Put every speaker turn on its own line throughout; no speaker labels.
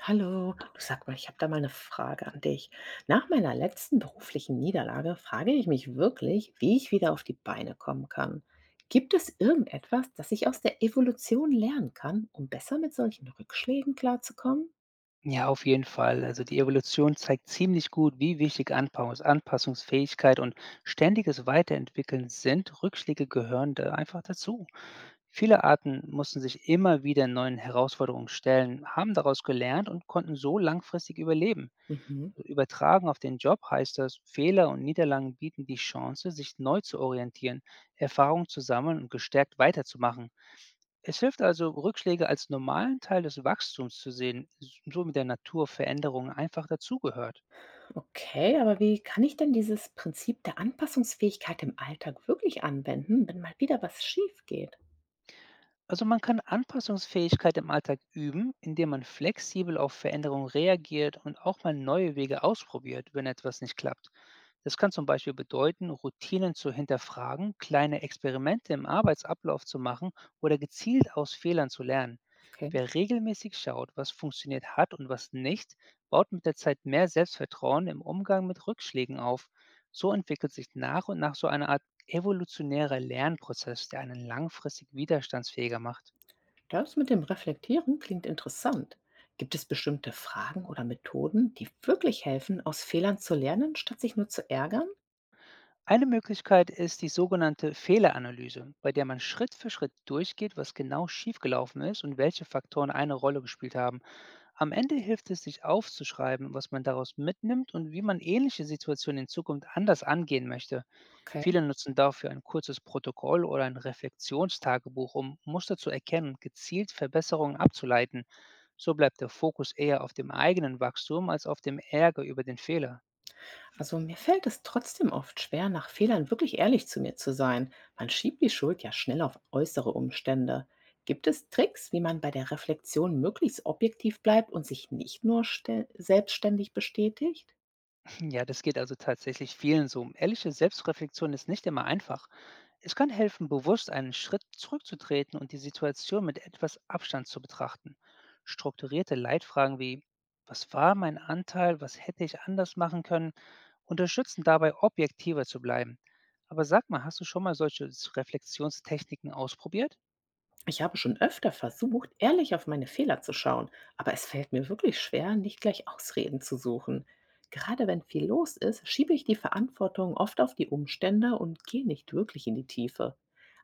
Hallo, du sag mal, ich habe da mal eine Frage an dich. Nach meiner letzten beruflichen Niederlage frage ich mich wirklich, wie ich wieder auf die Beine kommen kann. Gibt es irgendetwas, das ich aus der Evolution lernen kann, um besser mit solchen Rückschlägen klarzukommen?
Ja, auf jeden Fall. Also die Evolution zeigt ziemlich gut, wie wichtig Anpaus Anpassungsfähigkeit und ständiges Weiterentwickeln sind. Rückschläge gehören da einfach dazu. Viele Arten mussten sich immer wieder neuen Herausforderungen stellen, haben daraus gelernt und konnten so langfristig überleben.
Mhm.
Also, übertragen auf den Job heißt das, Fehler und Niederlagen bieten die Chance, sich neu zu orientieren, Erfahrung zu sammeln und gestärkt weiterzumachen. Es hilft also, Rückschläge als normalen Teil des Wachstums zu sehen, so wie der Natur Veränderungen einfach dazugehört.
Okay, aber wie kann ich denn dieses Prinzip der Anpassungsfähigkeit im Alltag wirklich anwenden, wenn mal wieder was schief geht?
Also man kann Anpassungsfähigkeit im Alltag üben, indem man flexibel auf Veränderungen reagiert und auch mal neue Wege ausprobiert, wenn etwas nicht klappt. Das kann zum Beispiel bedeuten, Routinen zu hinterfragen, kleine Experimente im Arbeitsablauf zu machen oder gezielt aus Fehlern zu lernen.
Okay.
Wer regelmäßig schaut, was funktioniert hat und was nicht, baut mit der Zeit mehr Selbstvertrauen im Umgang mit Rückschlägen auf. So entwickelt sich nach und nach so eine Art evolutionärer Lernprozess, der einen langfristig widerstandsfähiger macht.
Das mit dem Reflektieren klingt interessant. Gibt es bestimmte Fragen oder Methoden, die wirklich helfen, aus Fehlern zu lernen, statt sich nur zu ärgern?
Eine Möglichkeit ist die sogenannte Fehleranalyse, bei der man Schritt für Schritt durchgeht, was genau schiefgelaufen ist und welche Faktoren eine Rolle gespielt haben. Am Ende hilft es, sich aufzuschreiben, was man daraus mitnimmt und wie man ähnliche Situationen in Zukunft anders angehen möchte.
Okay.
Viele nutzen dafür ein kurzes Protokoll oder ein Reflexionstagebuch, um Muster zu erkennen und gezielt Verbesserungen abzuleiten. So bleibt der Fokus eher auf dem eigenen Wachstum als auf dem Ärger über den Fehler.
Also mir fällt es trotzdem oft schwer, nach Fehlern wirklich ehrlich zu mir zu sein. Man schiebt die Schuld ja schnell auf äußere Umstände. Gibt es Tricks, wie man bei der Reflexion möglichst objektiv bleibt und sich nicht nur selbstständig bestätigt?
Ja, das geht also tatsächlich vielen so. Ehrliche Selbstreflexion ist nicht immer einfach. Es kann helfen, bewusst einen Schritt zurückzutreten und die Situation mit etwas Abstand zu betrachten. Strukturierte Leitfragen wie: Was war mein Anteil? Was hätte ich anders machen können? Unterstützen dabei, objektiver zu bleiben. Aber sag mal, hast du schon mal solche Reflexionstechniken ausprobiert?
Ich habe schon öfter versucht, ehrlich auf meine Fehler zu schauen, aber es fällt mir wirklich schwer, nicht gleich Ausreden zu suchen. Gerade wenn viel los ist, schiebe ich die Verantwortung oft auf die Umstände und gehe nicht wirklich in die Tiefe.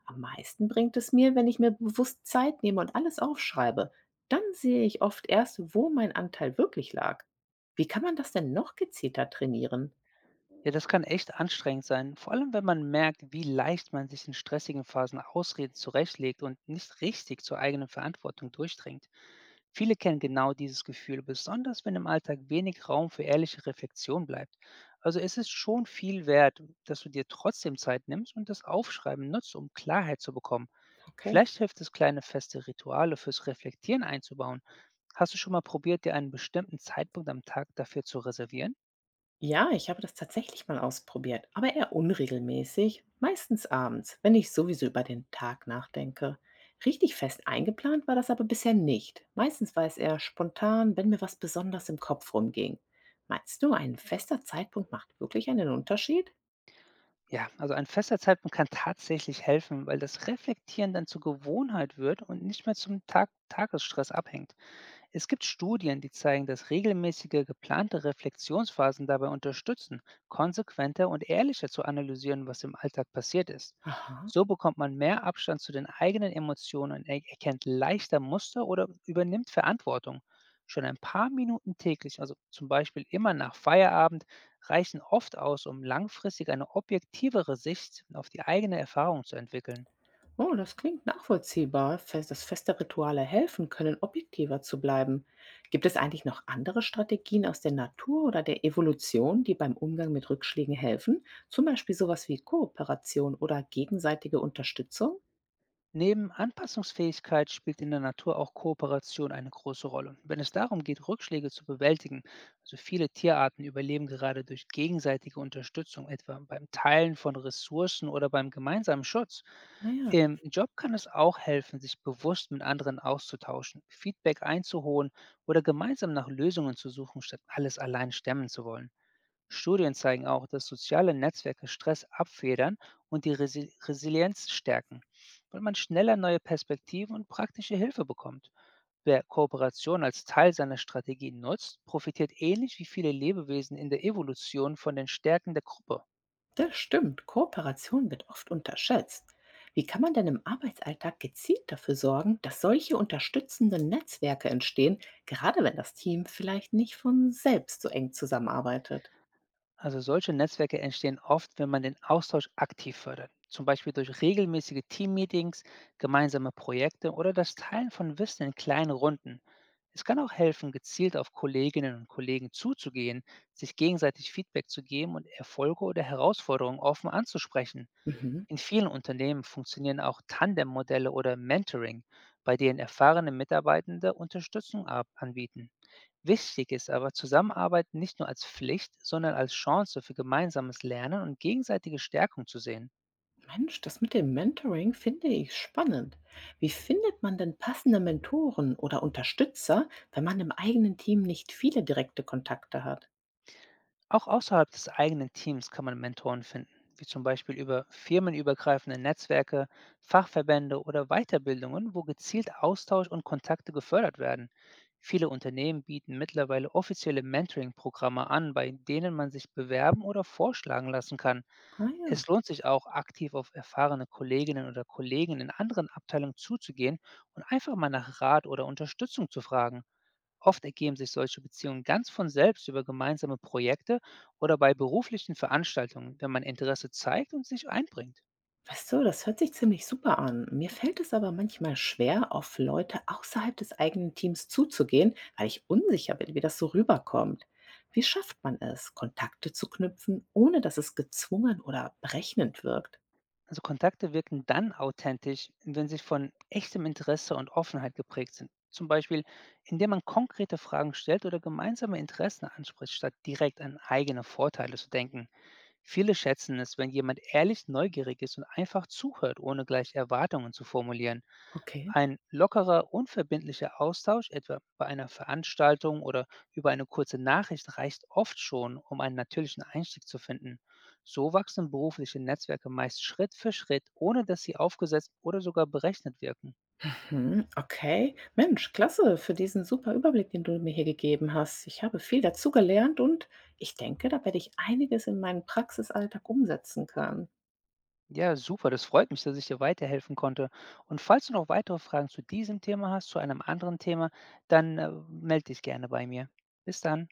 Am meisten bringt es mir, wenn ich mir bewusst Zeit nehme und alles aufschreibe. Dann sehe ich oft erst, wo mein Anteil wirklich lag. Wie kann man das denn noch gezielter trainieren?
Ja, das kann echt anstrengend sein, vor allem wenn man merkt, wie leicht man sich in stressigen Phasen Ausreden zurechtlegt und nicht richtig zur eigenen Verantwortung durchdringt. Viele kennen genau dieses Gefühl, besonders wenn im Alltag wenig Raum für ehrliche Reflexion bleibt. Also es ist schon viel wert, dass du dir trotzdem Zeit nimmst und das Aufschreiben nutzt, um Klarheit zu bekommen.
Okay.
Vielleicht hilft es, kleine feste Rituale fürs Reflektieren einzubauen. Hast du schon mal probiert, dir einen bestimmten Zeitpunkt am Tag dafür zu reservieren?
Ja, ich habe das tatsächlich mal ausprobiert, aber eher unregelmäßig, meistens abends, wenn ich sowieso über den Tag nachdenke. Richtig fest eingeplant war das aber bisher nicht. Meistens war es eher spontan, wenn mir was besonders im Kopf rumging. Meinst du, ein fester Zeitpunkt macht wirklich einen Unterschied?
Ja, also ein fester Zeitpunkt kann tatsächlich helfen, weil das Reflektieren dann zur Gewohnheit wird und nicht mehr zum Tagesstress abhängt. Es gibt Studien, die zeigen, dass regelmäßige geplante Reflexionsphasen dabei unterstützen, konsequenter und ehrlicher zu analysieren, was im Alltag passiert ist.
Aha.
So bekommt man mehr Abstand zu den eigenen Emotionen und er erkennt leichter Muster oder übernimmt Verantwortung. Schon ein paar Minuten täglich, also zum Beispiel immer nach Feierabend, reichen oft aus, um langfristig eine objektivere Sicht auf die eigene Erfahrung zu entwickeln.
Oh, das klingt nachvollziehbar, dass feste Rituale helfen können, objektiver zu bleiben. Gibt es eigentlich noch andere Strategien aus der Natur oder der Evolution, die beim Umgang mit Rückschlägen helfen? Zum Beispiel sowas wie Kooperation oder gegenseitige Unterstützung?
Neben Anpassungsfähigkeit spielt in der Natur auch Kooperation eine große Rolle. Wenn es darum geht, Rückschläge zu bewältigen, also viele Tierarten überleben gerade durch gegenseitige Unterstützung, etwa beim Teilen von Ressourcen oder beim gemeinsamen Schutz.
Naja,
Im Job kann es auch helfen, sich bewusst mit anderen auszutauschen, Feedback einzuholen oder gemeinsam nach Lösungen zu suchen, statt alles allein stemmen zu wollen. Studien zeigen auch, dass soziale Netzwerke Stress abfedern und die Resilienz stärken, weil man schneller neue Perspektiven und praktische Hilfe bekommt. Wer Kooperation als Teil seiner Strategie nutzt, profitiert ähnlich wie viele Lebewesen in der Evolution von den Stärken der Gruppe.
das stimmt. Kooperation wird oft unterschätzt. Wie kann man denn im Arbeitsalltag gezielt dafür sorgen, dass solche unterstützenden Netzwerke entstehen, gerade wenn das Team vielleicht nicht von selbst so eng zusammenarbeitet?
Also solche Netzwerke entstehen oft, wenn man den Austausch aktiv fördert, zum Beispiel durch regelmäßige Teammeetings, gemeinsame Projekte oder das Teilen von Wissen in kleinen Runden. Es kann auch helfen, gezielt auf Kolleginnen und Kollegen zuzugehen, sich gegenseitig Feedback zu geben und Erfolge oder Herausforderungen offen anzusprechen.
Mhm.
In vielen Unternehmen funktionieren auch Tandem-Modelle oder Mentoring, bei denen erfahrene Mitarbeitende Unterstützung ab anbieten. Wichtig ist aber, Zusammenarbeit nicht nur als Pflicht, sondern als Chance für gemeinsames Lernen und gegenseitige Stärkung zu sehen.
Mensch, das mit dem Mentoring finde ich spannend. Wie findet man denn passende Mentoren oder Unterstützer, wenn man im eigenen Team nicht viele direkte Kontakte hat?
Auch außerhalb des eigenen Teams kann man Mentoren finden, wie zum Beispiel über firmenübergreifende Netzwerke, Fachverbände oder Weiterbildungen, wo gezielt Austausch und Kontakte gefördert werden. Viele Unternehmen bieten mittlerweile offizielle Mentoring-Programme an, bei denen man sich bewerben oder vorschlagen lassen kann.
Ah ja,
Es lohnt sich auch, aktiv auf erfahrene Kolleginnen oder Kollegen in anderen Abteilungen zuzugehen und einfach mal nach Rat oder Unterstützung zu fragen. Oft ergeben sich solche Beziehungen ganz von selbst über gemeinsame Projekte oder bei beruflichen Veranstaltungen, wenn man Interesse zeigt und sich einbringt.
weißt du, das hört sich ziemlich super an. Mir fällt es aber manchmal schwer, auf Leute außerhalb des eigenen Teams zuzugehen, weil ich unsicher bin, wie das so rüberkommt. Wie schafft man es, Kontakte zu knüpfen, ohne dass es gezwungen oder berechnend wirkt?
Also Kontakte wirken dann authentisch, wenn sie von echtem Interesse und Offenheit geprägt sind. Zum Beispiel, indem man konkrete Fragen stellt oder gemeinsame Interessen anspricht, statt direkt an eigene Vorteile zu denken. Viele schätzen es, wenn jemand ehrlich neugierig ist und einfach zuhört, ohne gleich Erwartungen zu formulieren.
Okay.
Ein lockerer, unverbindlicher Austausch, etwa bei einer Veranstaltung oder über eine kurze Nachricht, reicht oft schon, um einen natürlichen Einstieg zu finden. So wachsen berufliche Netzwerke meist Schritt für Schritt, ohne dass sie aufgesetzt oder sogar berechnet wirken.
Mhm, okay. Mensch, klasse für diesen super Überblick, den du mir hier gegeben hast. Ich habe viel dazugelernt und ich denke, da werde ich einiges in meinen Praxisalltag umsetzen können.
Ja, super, das freut mich, dass ich dir weiterhelfen konnte. Und falls du noch weitere Fragen zu diesem Thema hast, zu einem anderen Thema, dann melde dich gerne bei mir. Bis dann.